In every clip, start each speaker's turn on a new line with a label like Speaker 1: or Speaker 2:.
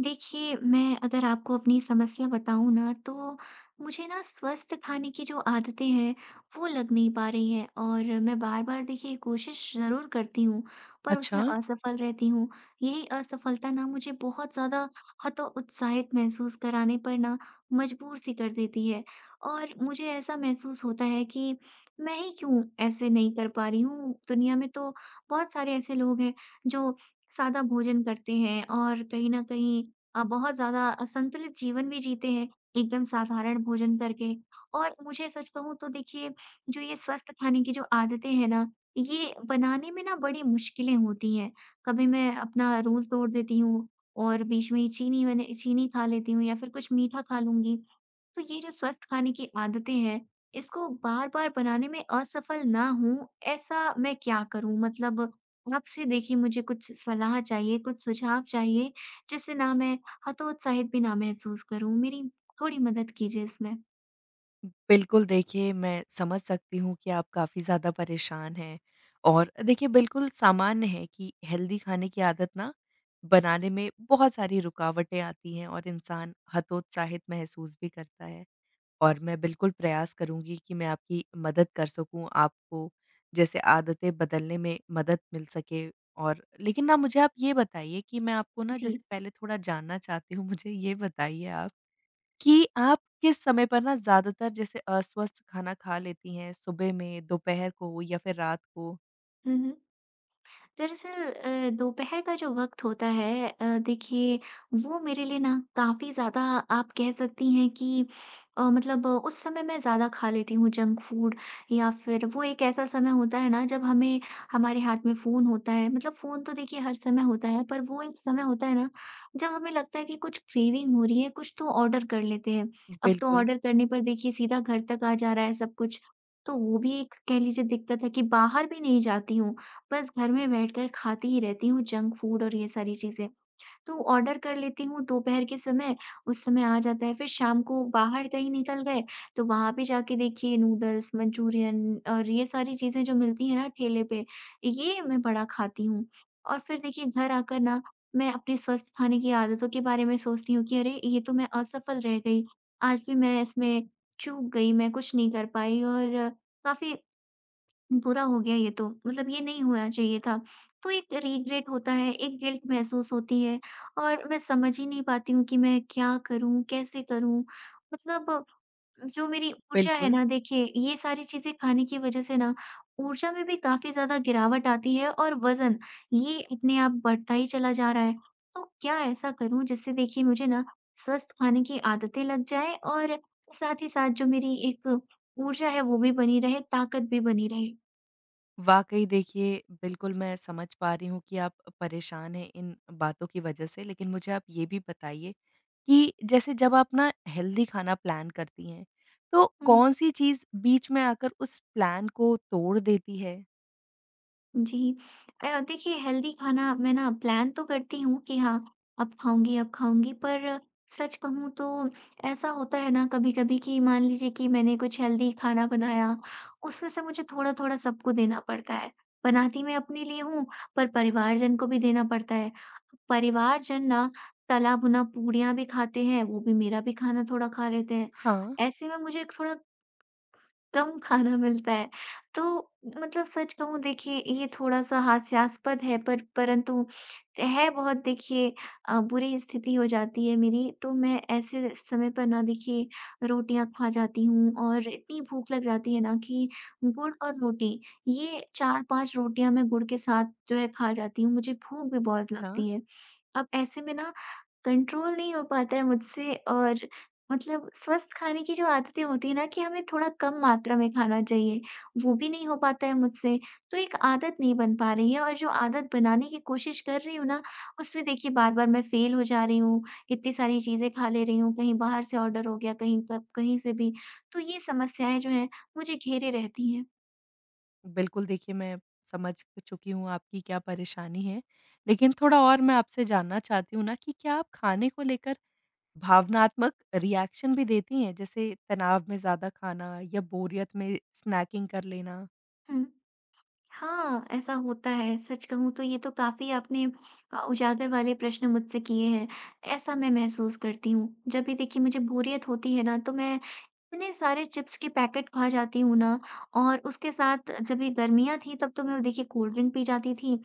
Speaker 1: देखिए, मैं अगर आपको अपनी समस्या बताऊँ ना, तो मुझे ना स्वस्थ खाने की जो आदतें हैं, वो लग नहीं पा रही हैं और मैं बार-बार देखिए कोशिश ज़रूर करती हूँ, पर उसमें
Speaker 2: अच्छा।
Speaker 1: असफल रहती हूँ। यही असफलता ना मुझे बहुत ज़्यादा हतोत्साहित महसूस कराने पर ना मजबूर सी कर देती है और मुझे ऐसा महसूस होता है कि मैं ही क्यों ऐसे नहीं कर पा रही हूँ। दुनिया में तो बहुत सारे ऐसे लोग हैं, जो सादा भोजन करते हैं और कहीं न कहीं बहुत ज़्यादा संतुलित जीवन भी जीते हैं, एकदम साधारण भोजन करके। और मुझे सच कहूँ तो देखिए, जो ये स्वस्थ खाने की जो आदतें हैं ना, ये बनाने में ना बड़ी मुश्किलें होती हैं। कभी मैं अपना रूल तोड़ देती हूँ और बीच में ही चीनी मैंने चीनी खा लेती हूँ या फिर कुछ मीठा खा लूँगी। तो ये जो स्वस्थ खाने की आदतें हैं, इसको बार-बार बनाने में असफल ना हूँ, ऐसा मैं क्या करूँ? मतलब आपसे देखिए मुझे कुछ सलाह चाहिए, कुछ सुझाव चाहिए, जिससे ना मैं हतोत्साहित भी ना महसूस करूँ। मेरी थोड़ी मदद कीजिए इसमें।
Speaker 2: बिल्कुल, देखिए मैं समझ सकती हूँ कि आप काफ़ी ज़्यादा परेशान हैं और देखिए बिल्कुल सामान्य है कि हेल्दी खाने की आदत ना बनाने में बहुत सारी रुकावटें आती हैं और इंसान हतोत्साहित महसूस भी करता है। और मैं बिल्कुल प्रयास करूँगी कि मैं आपकी मदद कर सकूँ, आपको जैसे आदतें बदलने में मदद मिल सके और लेकिन ना मुझे आप ये बताइए कि मैं आपको ना जैसे
Speaker 1: जी।
Speaker 2: पहले थोड़ा जानना चाहती हूँ, मुझे ये बताइए आप कि आप किस समय पर ना ज़्यादातर जैसे अस्वस्थ खाना खा लेती हैं, सुबह में, दोपहर को या फिर रात को?
Speaker 1: हुँ, हुँ। दरअसल दोपहर का जो वक़्त होता है देखिए वो मेरे लिए ना काफ़ी ज़्यादा आप कह सकती हैं कि मतलब उस समय मैं ज़्यादा खा लेती हूँ जंक फूड या फिर वो एक ऐसा समय होता है ना जब हमें हमारे हाथ में फ़ोन होता है मतलब फ़ोन तो देखिए हर समय होता है पर वो एक समय होता है ना जब हमें लगता है कि कुछ क्रेविंग हो रही है कुछ तो ऑर्डर कर लेते हैं। अब तो
Speaker 2: बिल्कुल,
Speaker 1: ऑर्डर करने पर देखिए सीधा घर तक आ जा रहा है सब कुछ। तो वो भी एक कह लीजिए दिक्कत है कि बाहर भी नहीं जाती हूँ। बस घर में बैठकर खाती ही रहती हूँ जंक फूड और ये सारी चीज़ें। तो ऑर्डर कर लेती हूँ दोपहर के समय, उस समय आ जाता है। फिर शाम को बाहर कहीं निकल गए, तो वहाँ पे जाके देखिए नूडल्स, मंचूरियन और ये सारी चीज़ें जो मिलती हैं ना ठेले पे, ये मैं बड़ा खाती हूँ। और फिर देखिए घर आकर ना मैं अपने स्वस्थ खाने की आदतों के बारे में सोचती हूँ कि अरे! ये तो मैं असफल रह गई। आज भी मैं इसमें चूक गई, मैं कुछ नहीं कर पाई और काफ़ी बुरा हो गया ये तो, मतलब ये नहीं होना चाहिए था। तो एक रिग्रेट होता है, एक गिल्ट महसूस होती है और मैं समझ ही नहीं पाती हूँ कि मैं क्या करूँ, कैसे करूँ? मतलब जो मेरी ऊर्जा है
Speaker 2: बिल्कुल।
Speaker 1: ना देखिए, ये सारी चीज़ें खाने की वज़ह से ना ऊर्जा में भी काफ़ी ज़्यादा गिरावट आती है और वज़न ये अपने आप बढ़ता ही चला जा रहा है। तो क्या ऐसा करूँ जिससे देखिए मुझे ना स्वस्थ खाने की आदतें लग जाएँ और साथ ही साथ जो मेरी एक ऊर्जा है वो भी बनी रहे, ताकत भी बनी रहे?
Speaker 2: वाक़ई देखिए, बिल्कुल मैं समझ पा रही हूँ कि आप परेशान हैं इन बातों की वजह से। लेकिन मुझे आप ये भी बताइए कि जैसे जब आप ना हेल्दी खाना प्लान करती हैं, तो
Speaker 1: हुँ,
Speaker 2: कौन-सी चीज़ बीच में आकर उस प्लान को तोड़ देती है?
Speaker 1: जी। देखिए हेल्दी खाना मैं ना प्लान तो करती हूँ कि हाँ, अब खाऊँगी पर सच कहूँ तो ऐसा होता है ना कभी-कभी कि मान लीजिए कि मैंने कुछ हेल्दी खाना बनाया, उसमें से मुझे थोड़ा-थोड़ा सबको देना पड़ता है। बनाती मैं अपने लिए हूँ, पर परिवारजन को भी देना पड़ता है। परिवारजन ना तला-भुना पूड़ियाँ भी खाते हैं, वो भी मेरा भी खाना थोड़ा खा लेते हैं।
Speaker 2: हाँ।
Speaker 1: ऐसे में मुझे थोड़ा कम खाना मिलता है। तो मतलब सच कहूँ देखिए ये थोड़ा-सा हास्यास्पद है पर परंतु है बहुत देखिए बुरी स्थिति हो जाती है मेरी, तो मैं ऐसे समय पर ना देखिए रोटियाँ खा जाती हूँ और इतनी भूख लग जाती है ना कि गुड़ और रोटी, ये 4-5 रोटियाँ मैं गुड़ के साथ जो है खा जाती हूँ, मुझे भूख भी बहुत
Speaker 2: अच्छा।
Speaker 1: लगती है। अब ऐसे में ना कंट्रोल नहीं हो पाता है मुझसे और मतलब स्वस्थ खाने की जो आदतें होती है ना कि हमें थोड़ा कम मात्रा में खाना चाहिए, वो भी नहीं हो पाता है मुझसे। तो एक आदत नहीं बन पा रही है और जो आदत बनाने की कोशिश कर रही हूँ ना, उसमें देखिए बार-बार मैं फ़ेल हो जा रही हूँ। इतनी सारी चीज़ें खा ले रही हूँ, कहीं बाहर से ऑर्डर हो गया, कहीं कब कहीं से भी। तो ये समस्याएँ जो हैं, मुझे घेरे रहती हैं।
Speaker 2: बिल्कुल, देखिए मैं समझ चुकी हूँ आपकी क्या परेशानी है। लेकिन थोड़ा और मैं आपसे जानना चाहती हूँ ना कि क्या आप खाने को लेकर भावनात्मक रिएक्शन भी देती हैं? जैसे तनाव में ज़्यादा खाना या बोरियत में स्नैकिंग कर लेना?
Speaker 1: हुँ। हाँ, ऐसा होता है। सच कहूँ तो ये तो काफ़ी आपने उजागर वाले प्रश्न मुझसे किए हैं। ऐसा मैं महसूस करती हूँ। जब भी देखिए मुझे बोरियत होती है ना, तो मैं इतने सारे चिप्स के पैकेट खा जाती हूँ ना और उसके साथ जब ये गर्मियाँ थी तब तो मैं देखिए कोल्ड ड्रिंक पी जाती थी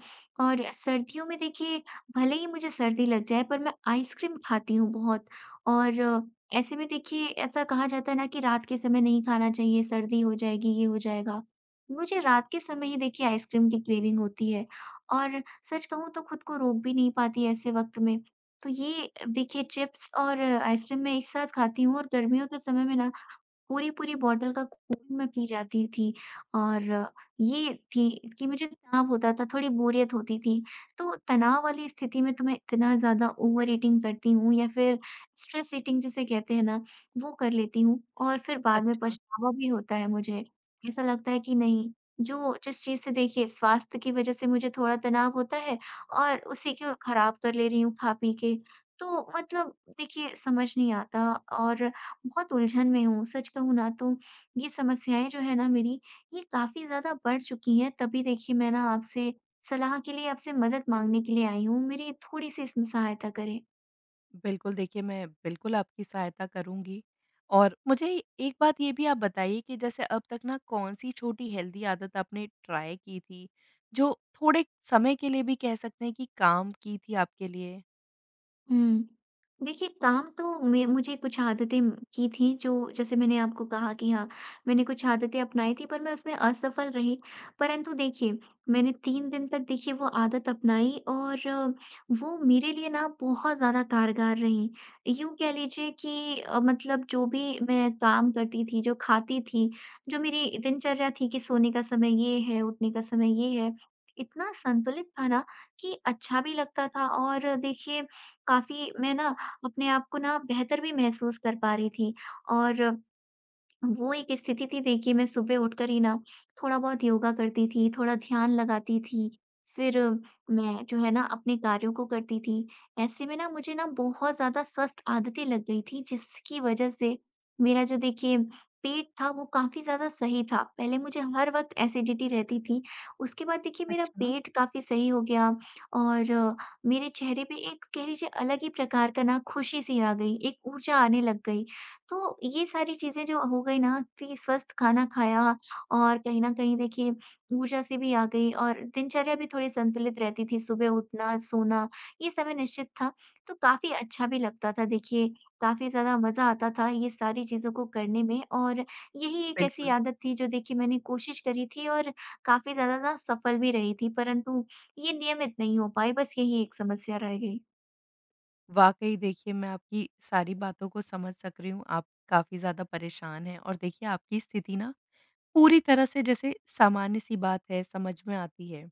Speaker 1: और सर्दियों में देखिए भले ही मुझे सर्दी लग जाए पर मैं आइसक्रीम खाती हूँ बहुत और ऐसे में देखिए ऐसा कहा जाता है ना कि रात के समय नहीं खाना चाहिए सर्दी हो जाएगी ये हो जाएगा मुझे रात के समय ही देखिए आइसक्रीम की क्रेविंग होती है और सच कहूँ तो खुद को रोक भी नहीं पाती ऐसे वक्त में तो ये देखिए चिप्स और आइसक्रीम मैं एक साथ खाती हूँ और गर्मियों के समय में ना पूरी-पूरी बॉटल का खून मैं पी जाती थी और ये थी कि मुझे तनाव होता था, थोड़ी बोरियत होती थी। तो तनाव वाली स्थिति में तो मैं इतना ज़्यादा ओवर ईटिंग करती हूँ या फिर स्ट्रेस ईटिंग जिसे कहते हैं ना, वो कर लेती हूँ और फिर बाद में
Speaker 2: अच्छा।
Speaker 1: पछतावा भी होता है मुझे। ऐसा लगता है कि नहीं, जो जिस चीज़ से देखिए स्वास्थ्य की वजह से मुझे थोड़ा तनाव होता है और उसी को खराब कर ले रही हूँ खा-पी के। तो मतलब देखिए समझ नहीं आता और बहुत उलझन में हूँ। सच कहूँ ना तो ये समस्याएँ जो है ना मेरी, ये काफ़ी ज़्यादा बढ़ चुकी हैं। तभी देखिए मैं ना आपसे सलाह के लिए, आपसे मदद माँगने के लिए आई हूँ। मेरी थोड़ी-सी इसमें सहायता करें।
Speaker 2: बिल्कुल, देखिए मैं बिल्कुल आपकी सहायता करूँगी। और मुझे एक बात ये भी आप बताइए कि जैसे अब तक ना कौन-सी छोटी हेल्दी आदत आपने ट्राई की थी, जो थोड़े समय के लिए भी कह सकते हैं कि काम की थी आपके लिए?
Speaker 1: हुँ। देखिए काम तो मैं मुझे कुछ आदतें की थी जो जैसे मैंने आपको कहा कि हाँ, मैंने कुछ आदतें अपनाई थी पर मैं उसमें असफल रही। परंतु देखिए मैंने 3 दिन तक देखिए वो आदत अपनाई और वो मेरे लिए ना बहुत ज़्यादा कारगर रही। यूँ कह लीजिए कि मतलब जो भी मैं काम करती थी, जो खाती थी, जो मेरी दिनचर्या थी कि सोने का समय ये है, उठने का समय ये है, इतना संतुलित था ना कि अच्छा भी लगता था और देखिए काफ़ी मैं ना अपने आप को ना बेहतर भी महसूस कर पा रही थी और वो एक स्थिति थी देखिए मैं सुबह उठकर ही ना थोड़ा बहुत योगा करती थी, थोड़ा ध्यान लगाती थी, फिर मैं जो है ना अपने कार्यों को करती थी। ऐसे में ना मुझे ना बहुत ज़्यादा स्वस्थ आदतें लग गई थी जिसकी वजह से मेरा जो देखिए पेट था वो काफ़ी ज़्यादा सही था। पहले मुझे हर वक़्त एसिडिटी रहती थी, उसके बाद देखिए मेरा
Speaker 2: अच्छा।
Speaker 1: पेट काफ़ी सही हो गया और मेरे चेहरे पे एक कह लीजिए अलग ही प्रकार का ना खुशी सी आ गई, एक ऊर्जा आने लग गई। तो ये सारी चीज़ें जो हो गई ना कि स्वस्थ खाना खाया और कहीं न कहीं देखिए ऊर्जा से भी आ गई और दिनचर्या भी थोड़ी संतुलित रहती थी, सुबह उठना, सोना ये समय निश्चित था, तो काफ़ी अच्छा भी लगता था देखिए, काफ़ी ज़्यादा मज़ा आता था ये सारी चीज़ों को करने में और यही एक ऐसी
Speaker 2: बिल्कुल,
Speaker 1: आदत थी जो देखिए मैंने कोशिश करी थी और काफ़ी ज़्यादा ना सफल भी रही थी, परंतु ये नियमित नहीं हो पाई, बस यही एक समस्या रह गई।
Speaker 2: वाक़ई देखिए मैं आपकी सारी बातों को समझ सक रही हूँ, आप काफ़ी ज़्यादा परेशान हैं और देखिए आपकी स्थिति ना पूरी तरह से जैसे सामान्य-सी बात है, समझ में आती है।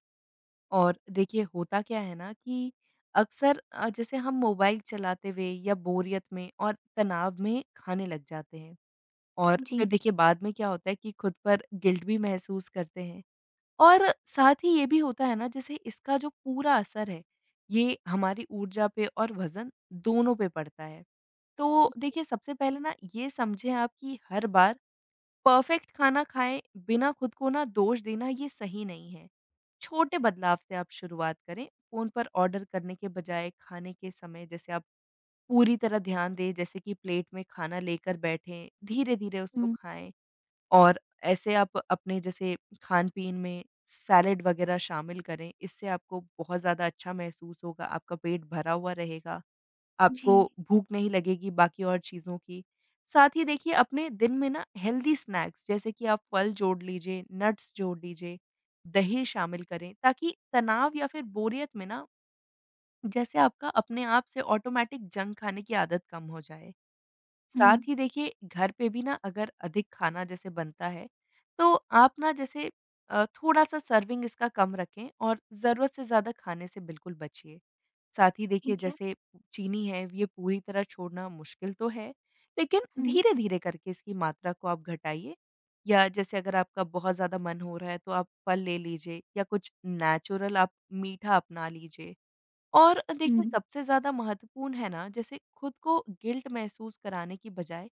Speaker 2: और देखिए होता क्या है ना कि अक्सर जैसे हम मोबाइल चलाते हुए या बोरियत में और तनाव में खाने लग जाते हैं और फिर
Speaker 1: जी।
Speaker 2: देखिए बाद में क्या होता है कि खुद पर गिल्ट भी महसूस करते हैं और साथ ही ये भी होता है ना जैसे इसका जो पूरा असर है, ये हमारी ऊर्जा पे और वज़न दोनों पे पड़ता है। तो देखिए सबसे पहले ना ये समझें आप कि हर बार परफेक्ट खाना खाएँ बिना खुद को ना दोष देना, ये सही नहीं है। छोटे बदलाव से आप शुरुआत करें, फ़ोन पर ऑर्डर करने के बजाय खाने के समय जैसे आप पूरी तरह ध्यान दें, जैसे कि प्लेट में खाना लेकर बैठें, धीरे-धीरे उसको
Speaker 1: हुँ।
Speaker 2: खाएँ। और ऐसे आप अपने जैसे खान-पीन में सैलेड वगैरह शामिल करें, इससे आपको बहुत ज़्यादा अच्छा महसूस होगा, आपका पेट भरा हुआ रहेगा,
Speaker 1: जी।
Speaker 2: आपको भूख नहीं लगेगी बाकी और चीज़ों की। साथ ही देखिए अपने दिन में ना हेल्दी स्नैक्स जैसे कि आप फल जोड़ लीजिए, नट्स जोड़ लीजिए, दही शामिल करें, ताकि तनाव या फिर बोरियत में ना जैसे आपका अपने आप से ऑटोमैटिक जंक खाने की आदत कम हो जाए। साथ
Speaker 1: हुँ,
Speaker 2: ही देखिए घर पे भी ना अगर अधिक खाना जैसे बनता है, तो आप ना जैसे थोड़ा-सा सर्विंग इसका कम रखें और ज़रूरत से ज़्यादा खाने से बिल्कुल बचिए। साथ ही देखिए
Speaker 1: ठीक है।
Speaker 2: जैसे चीनी है, ये पूरी तरह छोड़ना मुश्किल तो है, लेकिन
Speaker 1: हुँ,
Speaker 2: धीरे-धीरे करके इसकी मात्रा को आप घटाइए या जैसे अगर आपका बहुत ज़्यादा मन हो रहा है तो आप फल ले लीजिए या कुछ नेचुरल आप मीठा अपना लीजिए। और
Speaker 1: हुँ।
Speaker 2: देखिए सबसे ज़्यादा महत्वपूर्ण है ना, जैसे खुद को गिल्ट महसूस कराने की बजाय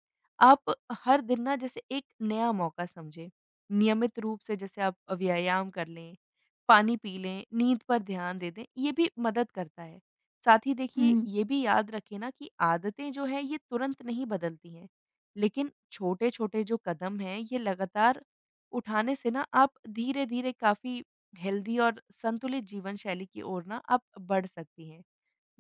Speaker 2: आप हर दिन ना जैसे एक नया मौका समझें। नियमित रूप से जैसे आप व्यायाम कर लें, पानी पी लें, नींद पर ध्यान दे दें, ये भी मदद करता है। साथ ही देखिए
Speaker 1: हुँ,
Speaker 2: ये भी याद रखें ना कि आदतें जो हैं ये तुरंत नहीं बदलती हैं। लेकिन छोटे-छोटे जो कदम हैं ये लगातार उठाने से ना आप धीरे-धीरे काफ़ी हेल्दी और संतुलित जीवन शैली की ओर ना आप बढ़ सकती हैं।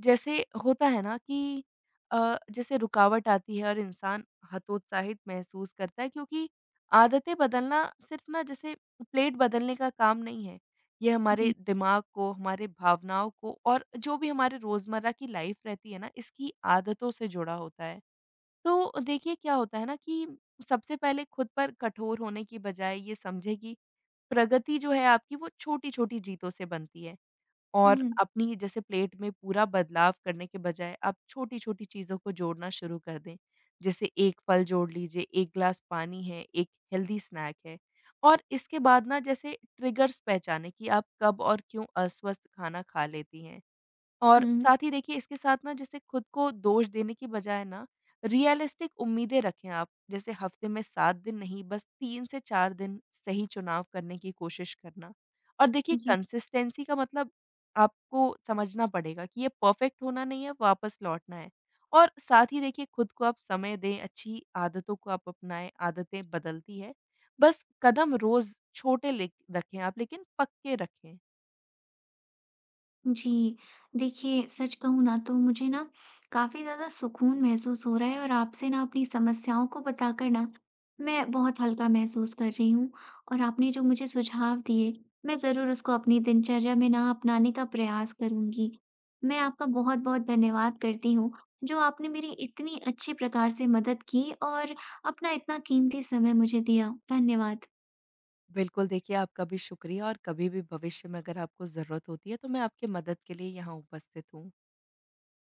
Speaker 2: जैसे होता है ना कि जैसे रुकावट आती है और इंसान हतोत्साहित महसूस करता है, क्योंकि आदतें बदलना सिर्फ ना जैसे प्लेट बदलने का काम नहीं है। ये
Speaker 1: जी।
Speaker 2: हमारे दिमाग को, हमारे भावनाओं को और जो भी हमारे रोज़मर्रा की लाइफ रहती है ना इसकी आदतों से जुड़ा होता है। तो देखिए क्या होता है ना कि सबसे पहले खुद पर कठोर होने की बजाय ये समझें कि प्रगति जो है आपकी, वो छोटी-छोटी जीतों से बनती है और
Speaker 1: हुँ,
Speaker 2: अपनी जैसे प्लेट में पूरा बदलाव करने के बजाय आप छोटी-छोटी चीज़ों को जोड़ना शुरू कर दें। जैसे एक फल जोड़ लीजिए, एक ग्लास पानी है, एक हेल्दी स्नैक है और इसके बाद ना जैसे ट्रिगर्स पहचानें कि आप कब और क्यों अस्वस्थ खाना खा लेती हैं। और
Speaker 1: हुँ,
Speaker 2: साथ ही देखिए इसके साथ ना जैसे खुद को दोष देने की बजाय ना रियलिस्टिक उम्मीदें रखें आप। जैसे हफ्ते में 7 दिन नहीं, बस 3 से 4 दिन सही चुनाव करने की कोशिश करना। और देखिए
Speaker 1: जी,
Speaker 2: कंसिस्टेंसी का मतलब आपको समझना पड़ेगा कि ये परफेक्ट होना नहीं है, वापस लौटना है। और साथ ही देखिए खुद को आप समय दें, अच्छी आदतों को आप अपनाएँ, आदतें बदलती हैं। बस कदम रोज़ छोटे ले रखें आप, लेकिन पक्के रखें।
Speaker 1: जी। देखिए, सच कहूँ ना तो मुझे ना काफ़ी ज़्यादा सुकून महसूस हो रहा है और आपसे ना अपनी समस्याओं को बताकर ना मैं बहुत हल्का महसूस कर रही हूँ। और आपने जो मुझे सुझाव दिए, मैं ज़रूर उसको अपनी दिनचर्या में ना अपनाने का प्रयास करूँगी। मैं आपका बहुत-बहुत धन्यवाद करती हूँ, जो आपने मेरी इतनी अच्छी प्रकार से मदद की और अपना इतना कीमती समय मुझे दिया। धन्यवाद।
Speaker 2: बिल्कुल, देखिए आपका भी शुक्रिया और कभी भी भविष्य में अगर आपको ज़रूरत होती है तो मैं आपकी मदद के लिए यहाँ उपस्थित हूँ।